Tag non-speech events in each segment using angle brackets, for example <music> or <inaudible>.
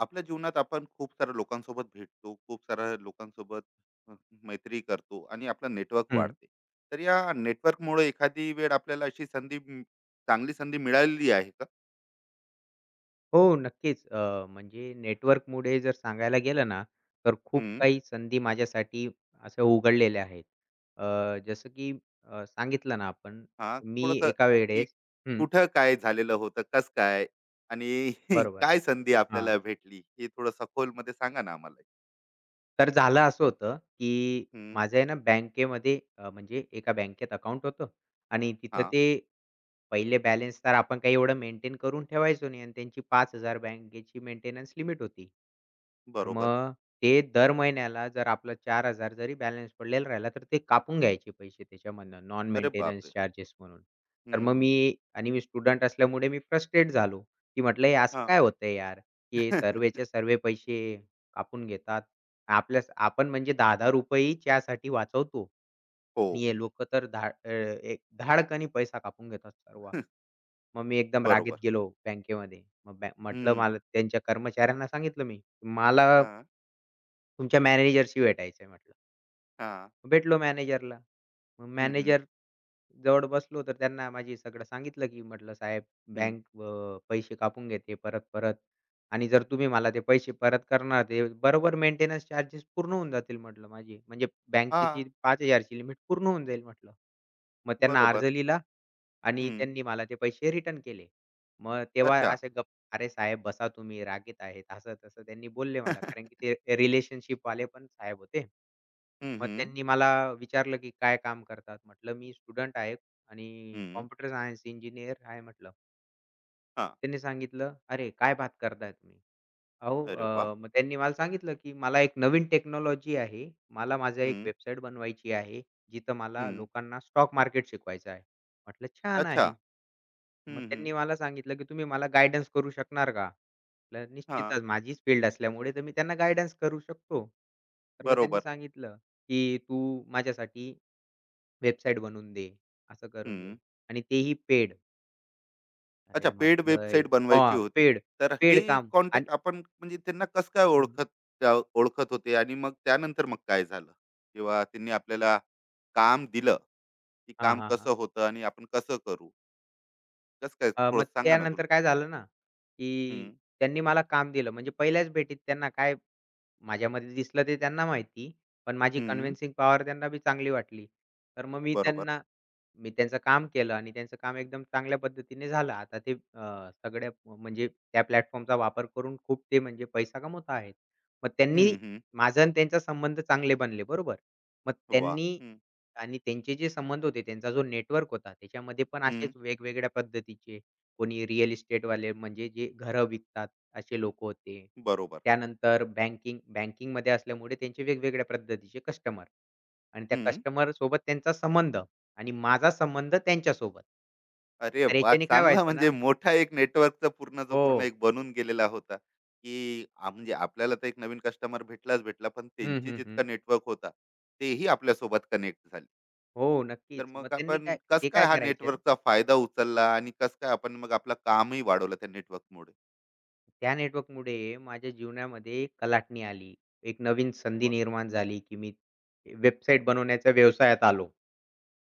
आपल्या जीवनात आपण खूप साऱ्या लोकांसोबत भेटतो, खूप साऱ्या लोकांसोबत अ, मैत्री करतो आणि आपलं नेटवर्क हं. वाढते. तर या नेटवर्कमुळे एखादी वेळ आपल्याला अशी संधी चांगली संधी मिळालेली आहे का? हो, नक्कीच. म्हणजे नेटवर्कमुळे जर सांगायला गेलं ना, तर खूप हम्म. काही संधी माझ्यासाठी अशा उघडलेल्या आहेत. जसं की सांगितलं ना आपण, हा, मी थोडस एका की वेळेस हं, कुठं काय झालेलं होतं, कस काय आणि <laughs> बरोबर. काय संधी हां. आपल्याला भेटली हे थोडं सखोल मध्ये सांगा ना आम्हाला. तर झालं असं होतं, की हम्म. माझं आहे ना बँकेमध्ये म्हणजे एका बँकेत अकाउंट होतं आणि हा. तिथं ते पहिले बॅलन्स तर आपण काही एवढं मेंटेन करून ठेवायचो नाही आणि त्यांची 5,000 बँकेची मेंटेनन्स लिमिट होती. तर बरोबर. मग ते दर महिन्याला जर आपलं 4,000 जरी बॅलन्स पडलेला राहिला, तर ते कापून घ्यायचे पैसे त्याच्यामधनं नॉन अरे बापरे. मेंटेनन्स चार्जेस म्हणून. तर हम्म, मग मी हम्म. आणि मी स्टुडंट असल्यामुळे मी फ्रस्ट्रेट झालो, की म्हटलं हे असं हा. काय होतंय यार, की <laughs> सर्वेचे सर्व पैसे कापून घेतात. आपल्या आपण म्हणजे ₹10-10 ही चहासाठी वाचवतो हो. आणि हे लोकं तर एक धाडकनी पैसा कापून घेतात सर्व. <laughs> मग मी एकदम रागीत बरोबर. गेलो बँकेमध्ये. मग बॅ म्हटलं हम्म. मला त्यांच्या कर्मचाऱ्यांना सांगितलं मी, "मला हा. तुमच्या मॅनेजरशी भेटायचं आहे" म्हटलं. हा. मग भेटलो मॅनेजरला. मग हम्म, हम्म. मॅनेजर जवळ बसलो तर त्यांना माझी सगळं सांगितलं, की म्हटलं, "साहेब हम्म. बँक पैसे कापून घेते परत-परत आणि जर तुम्ही मला ते पैसे परत करणार ते बरोबर मेंटेनन्स चार्जेस पूर्ण होऊन जातील" म्हटलं माझे. म्हणजे हा, बँकेची 5,000ची लिमिट पूर्ण होऊन जाईल म्हटलं. मग त्यांना बरोबर. अर्ज लिहिला आणि हं. त्यांनी मला ते पैसे रिटर्न केले. मग तेव्हा अच्छा. असे गप "अरे साहेब बसा तुम्ही, रागीट आहेत." असं-तसं त्यांनी बोलले मला. कारण की ते रिलेशनशिपवाले पण साहेब होते. हं, मग हं. त्यांनी मला विचारलं, की "काय काम करतात?" म्हटलं, "मी स्टुडंट आहे आणि हं. कॉम्प्युटर सायन्स इंजिनिअर आहे." म्हटलं. हां. त्यांनी सांगितलं, "अरे काय बात करताय तुम्ही? अहो, अरे वा. मग त्यांनी मला सांगितलं, की मला एक नवीन टेक्नॉलॉजी आहे. मला माझं एक हं, वेबसाईट बनवायची आहे, जिथं मला हं. लोकांना स्टॉक मार्केट शिकवायचं आहे. म्हटलं, "छान अच्छा. आहे." मग हं, हं. त्यांनी मला सांगितलं, की "तुम्ही मला गाईडन्स करू शकणार का?" म्हटलं, हां, "निश्चितच. माझीच फील्ड असल्यामुळे तर मी त्यांना गाईडन्स करू शकतो." तर मग त्यांनी बरोबर. सांगितलं, की "तू माझ्यासाठी वेबसाईट बनवून दे, असं करून दे." हं. आणि तेही पेड. अच्छा, अरे पेड म्हटलं वेबसाईट बनवायची हां, होती. पेड, तर हे पेड काम आणि कॉन्टॅक्ट आपण म्हणजे त्यांना कसं काय हं. ओळखत, त्या ओळखत होते आणि मग त्यानंतर मग काय झालं? किंवा त्यांनी आपल्याला काम दिलं, की हां, काम हां, कसं हां. होतं आणि आपण कसं करू? कसं काय थोडं मग सांगा ना अजून? त्यानंतर काय झालं ना, हं, की त्यांनी मला काम दिलं. म्हणजे पहिल्याच भेटीत त्यांना काय माझ्यामध्ये दिसलं ते त्यांना माहिती. पण माझी हं. कन्व्हिन्सिंग पॉवर त्यांना बी चांगली वाटली. तर मग बरोबर. मी त्यांचं काम केलं आणि त्यांचं काम एकदम चांगल्या पद्धतीने झालं. आता ते सगळ्या म्हणजे त्या प्लॅटफॉर्मचा वापर करून खूप ते म्हणजे पैसा कमवत आहेत. मग त्यांनी हं, हं. माझा आणि त्यांचा संबंध चांगले बनले, बरोबर. मग वाह! त्यांनी हं, आणि त्यांचे जे संबंध होते, त्यांचा जो नेटवर्क होता, त्याच्यामध्ये पण असेच हं. वेगवेगळ्या पद्धतीचे, कोणी रिअल इस्टेटवाले म्हणजे जे घरं विकतात असे लोक होते. बरोबर. त्यानंतर बँकिंगमध्ये असल्यामुळे त्यांचे वेगवेगळ्या पद्धतीचे कस्टमर आणि त्या हं. कस्टमरसोबत त्यांचा संबंध आणि माझा संबंध त्यांच्यासोबत. अरे तर वाह! याच्याने काय चांगला, व्हायचं म्हणजे ना मोठा एक नेटवर्कचा पूर्णचा हो. पूर्ण एक बनून गेलेला होता, की म्हणजे आपल्याला तर एक नवीन कस्टमर भेटलाच भेटला, पण हं, त्यांचे हं, हं. जितका नेटवर्क होता, तेही आपल्यासोबत कनेक्ट झाले. हो, तर नक्कीच. मग मग त्यांनी आपण काय कसं ते काय काय हा करायचे ना नेटवर्कचा फायदा उचलला आणि कसं काय आपण मग आपलं कामही वाढवलं त्या नेटवर्कमुळे? त्या नेटवर्कमुळे माझ्या जीवनामध्ये एक कलाटणी आली. एक नवीन संधी वाह! निर्माण झाली, की मी वेबसाईट बनवण्याच्या व्यवसायात आलो.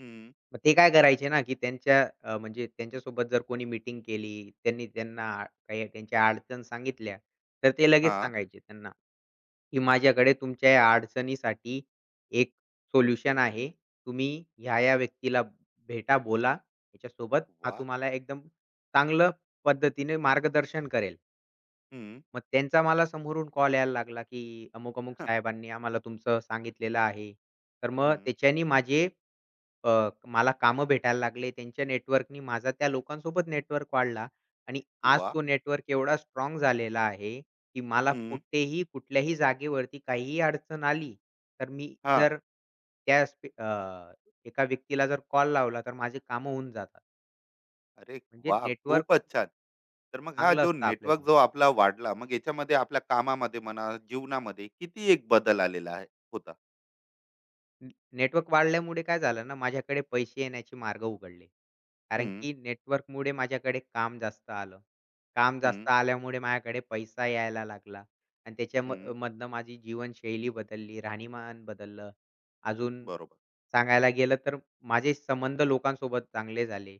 हं. मग ते काय करायचे ना, की त्यांच्या म्हणजे त्यांच्यासोबत जर कोणी मीटिंग केली, त्यांनी त्यांना काही त्यांच्या अडचण सांगितल्या, तर ते लगेच हां. सांगायचे त्यांना, की माझ्याकडे तुमच्या या अडचणीसाठी एक सोल्युशन आहे. तुम्ही ह्या-ह्या व्यक्तीला भेटा, बोला, त्याच्यासोबत हा वाह! तुम्हाला एकदम चांगलं पद्धतीने मार्गदर्शन करेल. हं. मग त्यांचा मला समोरून कॉल यायला लागला, की अमुक-अमुक साहेबांनी आम्हाला तुमचं सांगितलेलं आहे. तर मग हं. त्याच्यानी माझे मला कामं भेटायला लागले. त्यांच्या नेटवर्कनी माझा त्या लोकांसोबत नेटवर्क वाढला आणि आज वाह! तो नेटवर्क एवढा स्ट्राँग झालेला आहे, की मला हं. कुठेही, कुठल्याही जागेवरती काहीही अडचण आली, तर मी हां. <laughs> जर त्या स्पे अ, एका व्यक्तीला जर कॉल लावला, तर माझी कामं होऊन जातात. अरे म्हणजे वाह! नेटवर्क खूपच छान. तर मग हा चांगलं जो असतं आपल्या नेटवर्क जीवनात. जो आपला वाढला, मग याच्यामध्ये आपल्या कामामध्ये म्हणा, जीवनामध्ये किती एक बदल आलेला आहे होता? न नेटवर्क वाढल्यामुळे काय झालं ना, माझ्याकडे पैसे येण्याचे मार्ग उघडले. कारण हं, की नेटवर्कमुळे माझ्याकडे काम जास्त आलं. काम हं, जास्त आल्यामुळे माझ्याकडे पैसा यायला लागला आणि त्याच्या म हं. मधनं माझी जीवनशैली बदलली, राहणीमान बदललं. अजून बरोबर. सांगायला गेलं तर माझे संबंध लोकांसोबत चांगले झाले.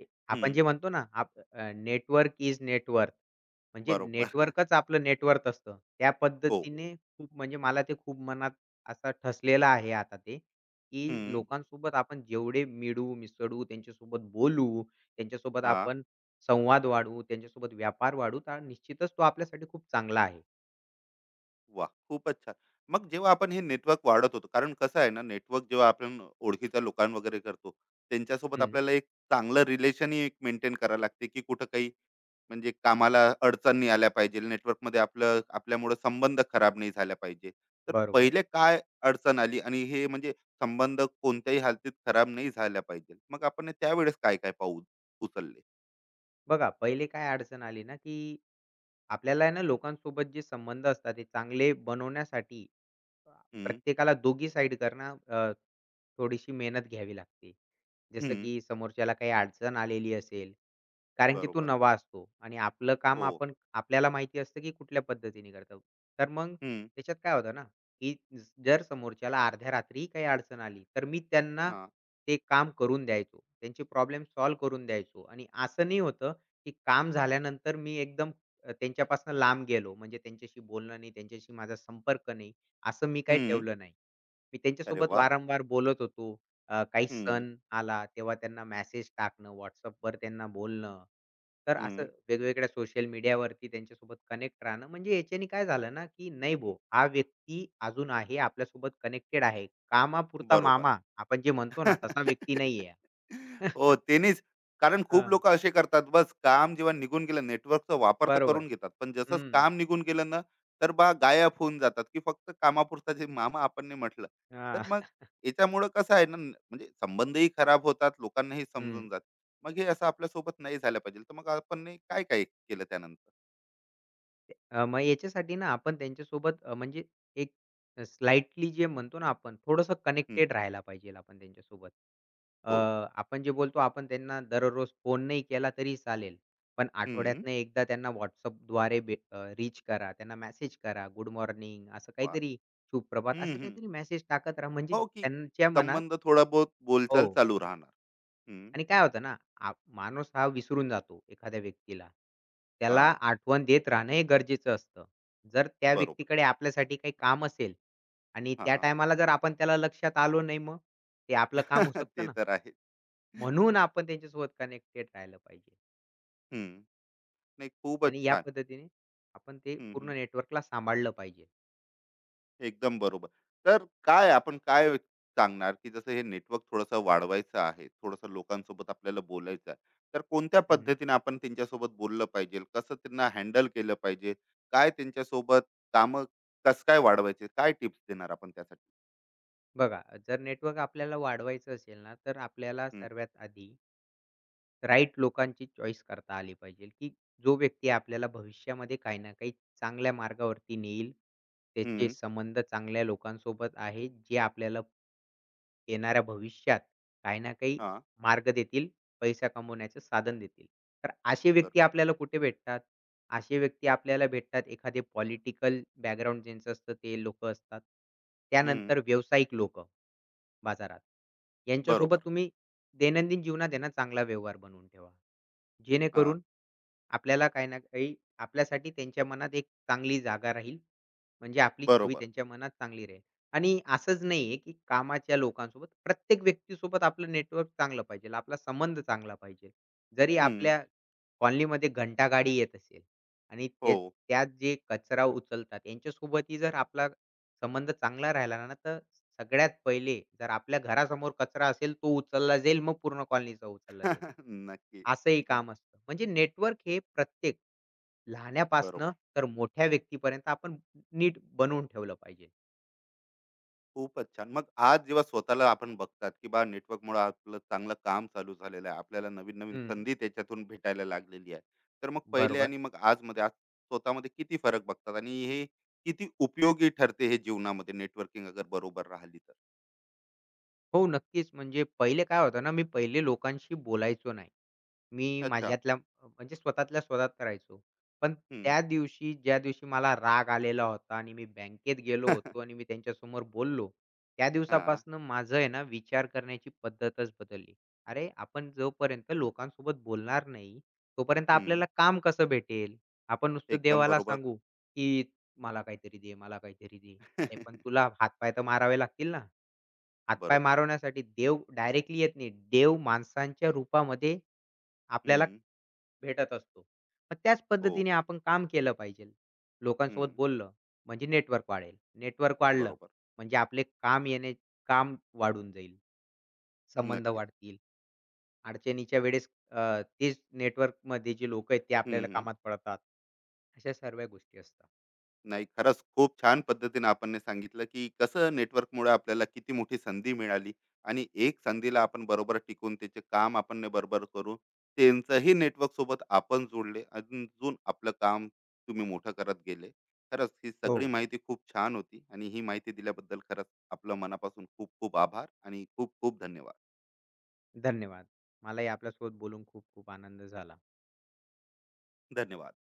आपण हं. जे म्हणतो ना, नेटवर्क इज नेटवर्थ. म्हणजे बरोबर. <laughs> नेटवर्कच आपलं नेटवर्थ असतं. त्या हो. पद्धतीने खूप म्हणजे मला ते खूप मनात असा ठसलेला आहे आता ते, की हं. लोकांसोबत आपण जेवढे मिळू, मिसळू, त्यांच्यासोबत बोलू, त्यांच्यासोबत हां. आपण संवाद वाढवू, त्यांच्यासोबत व्यापार वाढवू, तर निश्चितच तो आपल्यासाठी खूप चांगला आहे. वाह! खूपच छान. मग जेव्हा आपण हे नेटवर्क वाढत होतो, कारण कसं आहे ना, नेटवर्क जेव्हा आपण ओळखीच्या लोकां वगैरे करतो, त्यांच्यासोबत हं, आपल्याला एक चांगलं रिलेशनही एक मेंटेन करावं लागते, की कुठं काही, म्हणजे कामाला अडचण नाही आल्या पाहिजे, नेटवर्कमध्ये आपलं आपल्यामुळं संबंध खराब नाही झाला पाहिजे. तर बरोबर. पहिले काय अडचण आली आणि हे म्हणजे संबंध कोणत्याही हालतीत खराब नाही झाला पाहिजे. मग आपण त्यावेळेस काय-काय पाऊल उचलले? बघा पहिले काय अडचण आली ना, की आपल्याला आहे ना लोकांसोबत जे संबंध असतात ते चांगले बनवण्यासाठी अ, हं, प्रत्येकाला दोघी साइड करणं थोडीशी मेहनत घ्यावी लागते. जसं हं. की समोरच्याला काही अडचण आलेली असेल, कारण की तो बरोबर. नवा असतो आणि आपलं काम हो. आपण आपल्याला माहिती असतं की कुठल्या पद्धतीने करतो. तर मग हं. त्याच्यात काय होतं ना, की जर समोरच्याला अर्ध्या रात्रीही काही अडचण आली, तर मी त्यांना हां. ते काम करून द्यायचो. त्यांची प्रॉब्लेम सॉल्व्ह करून द्यायचो आणि असं नाही होतं, की काम झाल्यानंतर मी एकदम त्यांच्यापासून लांब गेलो. म्हणजे त्यांच्याशी बोलणं नाही, त्यांच्याशी माझा संपर्क नाही, असं मी काही हं. ठेवलं नाही. मी अरे त्यांच्यासोबत वा. वारंवार बोलत होतो. काही हं, सण आला तेव्हा त्यांना मेसेज टाकणं, WhatsAppवर त्यांना बोलणं. तर असं हं. वेगवेगळ्या सोशल मीडियावरती त्यांच्यासोबत कनेक्ट राहणं. म्हणजे याच्याने काय झालं ना, की नाही भाऊ हा व्यक्ती अजून आहे आपल्यासोबत कनेक्टेड आहे. कामापुरता बरोबर. मामा आपण जे म्हणतो ना, तसा व्यक्ती <laughs> नाहीये. हो, <laughs> तेनीच. कारण खूप हां, लोकं असे करतात, बस काम जेव्हा निघून गेलं नेटवर्कचा वापर तर बरोबर. करून घेतात. पण जसंच हं. काम निघून गेलं ना, तर बा गायब होऊन जातात, की फक्त कामापुरता जे मामा आपण नाही म्हटलं. तर हां. मग याच्यामुळं कसं आहे ना, म्हणजे संबंधही खराब होतात, लोकांनाही हं. समजून जातं. मग हे असं आपल्यासोबत नाही झालं पाहिजे. तर मग आपण काय-काय केलं त्यानंतर? मग याच्यासाठी ना आपण त्यांच्यासोबत म्हणजे एक स्लाइटली जे म्हणतो ना आपण थोडंसं हं. कनेक्टेड राहायला पाहिजे आपण त्यांच्यासोबत. अ, हो. आपण जे बोलतो आपण त्यांना दररोज फोन नाही केला तरी चालेल. पण हं. आठवड्यातनं एकदा त्यांना WhatsAppद्वारे रीच करा. त्यांना मेसेज करा. गुड मॉर्निंग असं वाह! काहीतरी, सुप्रभात हं, असं हं. काहीतरी मेसेज टाकत राहा म्हणजे हो, की त्यांच्या मनात संबंध थोडा बहुत हो. बोलचाल चालू राहणार. हं. आणि काय होतं ना, माणूस हा विसरून जातो एखाद्या व्यक्तीला. त्याला हां, आठवण देत राहणं हे गरजेचं असतं. जर त्या बरोबर. व्यक्तीकडे आपल्यासाठी काही काम असेल आणि त्या हां. टायमाला जर आपण त्याला लक्षात आलो नाही मग? ते आपलं काम होऊ <laughs> शकतं ते ना. तर आहे. म्हणून आपण त्यांच्यासोबत कनेक्टेड राहिलं पाहिजे हं. नाही, खूपच आणि या छान. पद्धतीने आपण ते हं, हं. पूर्ण नेटवर्कला सांभाळलं पाहिजे. एकदम बरोबर. तर काय आपण काय सांगणार, की जसं हे नेटवर्क थोडंसं वाढवायचं आहे, थोडंसं लोकांसोबत आपल्याला बोलायचं आहे. तर कोणत्या हं, पद्धतीने आपण त्यांच्यासोबत बोललं पाहिजे? कसं त्यांना हँडल केलं पाहिजे? काय त्यांच्यासोबत कामं कसं काय वाढवायचे? काय टिप्स देणार आपण त्यासाठी? बघा जर नेटवर्क आपल्याला वाढवायचं असेल ना, तर आपल्याला हं, सर्वात आधी राइट लोकांची चॉईस करता आली पाहिजे, की जो व्यक्ती आपल्याला भविष्यामध्ये काही ना काही चांगल्या मार्गावरती नेईल. त्याचे हं. संबंध चांगल्या लोकांसोबत आहेत, जे आपल्याला येणाऱ्या भविष्यात काही ना काही हां. मार्ग देतील, पैसा कमवण्याचं साधन देतील. तर असे बरं. व्यक्ती आपल्याला कुठे भेटतात? असे व्यक्ती आपल्याला भेटतात एखादे पॉलिटिकल बॅकग्राऊंड ज्यांचं असतं ते लोकं असतात. हं. त्यानंतर व्यावसायिक लोकं बाजारात. बरोबर. यांच्यासोबत तुम्ही दैनंदिन जीवनात आहे ना चांगला व्यवहार बनवून ठेवा. हां. जेणेकरून आपल्याला काही ना काही आपल्यासाठी त्यांच्या मनात एक चांगली जागा राहील. म्हणजे आपली छवी बरोबर. त्यांच्या मनात चांगली राहील. आणि असंच नाहीये, की कामाच्या लोकांसोबत प्रत्येक व्यक्तीसोबत आपलं नेटवर्क चांगलं पाहिजे. आपला संबंध चांगला पाहिजे. जरी हं. आपल्या कॉलनीमध्ये घंटागाडी येत असेल आणि ते हो. त्यात जे कचरा उचलतात यांच्यासोबतही जर आपला संबंध चांगला राहिला ना, तर सगळ्यात पहिले जर आपल्या घरासमोर कचरा असेल, तो उचलला जाईल, मग पूर्ण कॉलनीचा उचलला जाईल. <laughs> नक्की. असंही काम असतं. म्हणजे नेटवर्क हे प्रत्येक लहान्यापासनं बरोबर. तर मोठ्या व्यक्तीपर्यंत आपण नीट बनवून ठेवलं पाहिजे. खूपच छान. मग आज जेव्हा स्वतःला आपण बघतात, की बा नेटवर्कमुळं आपलं चांगलं काम चालू झालेलं आहे. आपल्याला नवीन-नवीन हं. संधी त्याच्यातून भेटायला लागलेली आहे. तर मग पहिले बरोबर. आणि मग आज आजमध्ये आज स्वतःमध्ये किती फरक बघतात आणि हे किती उपयोगी ठरते हे जीवनामध्ये नेटवर्किंग अगर बरोबर राहिली तर? हो, नक्कीच. म्हणजे पहिले काय होतं ना, मी पहिले लोकांशी बोलायचो नाही. मी अच्छा. माझ्यातल्या म्हणजे स्वतःतल्या स्वतः करायचो. पण हं. त्या दिवशी, ज्या दिवशी मला राग आलेला होता आणि मी बँकेत गेलो होतो आणि मी त्यांच्यासमोर बोललो, त्या हां. हं. दिवसापासून <laughs> माझं आहे ना, विचार करण्याची पद्धतच बदलली. अरे, आपण जोपर्यंत लोकांसोबत बोलणार नाही, तोपर्यंत आपल्याला काम कसं भेटेल? आपण नुसतं एकदम देवाला बरोबर. सांगू, की "मला काहीतरी दे, मला काहीतरी दे." अरे, पण <laughs> तुला हातपाय तर मारावे लागतील ना? हातपाय बरोबर. मारवण्यासाठी देव डायरेक्टली येत नाही. देव माणसांच्या रूपामध्ये हं. आपल्याला भेटत असतो. मग त्याच हो. पद्धतीने आपण काम केलं पाहिजे. हं. लोकांसोबत बोललं म्हणजे नेटवर्क वाढेल. नेटवर्क वाढलं बरोबर. म्हणजे आपले काम वाढून जाईल. संबंध नक्कीच. वाढतील. अडचणीच्या वेळेस तेच नेटवर्कमध्ये जे लोकं आहेत ते आपल्याला हं. कामात पडतात. अशा सर्व गोष्टी असतात. नाही, खरंच खूप छान पद्धतीने आपण ने सांगितलं, की कसं नेटवर्कमुळे आपल्याला किती मोठी संधी मिळाली आणि एक संधीला आपण बरोबर टिकून त्याचे काम आपण ने बरोबर करून त्यांचंही नेटवर्कसोबत आपण जोडले. अजून आपलं काम तुम्ही मोठं करत गेले. खरंच ही हो, सगळी माहिती खूप छान होती आणि ही माहिती दिल्याबद्दल खरंच आपलं मनापासून खूप खूप आभार आणि खूप खूप धन्यवाद. धन्यवाद. मलाही आपल्यासोबत बोलून खूप खूप आनंद झाला. धन्यवाद.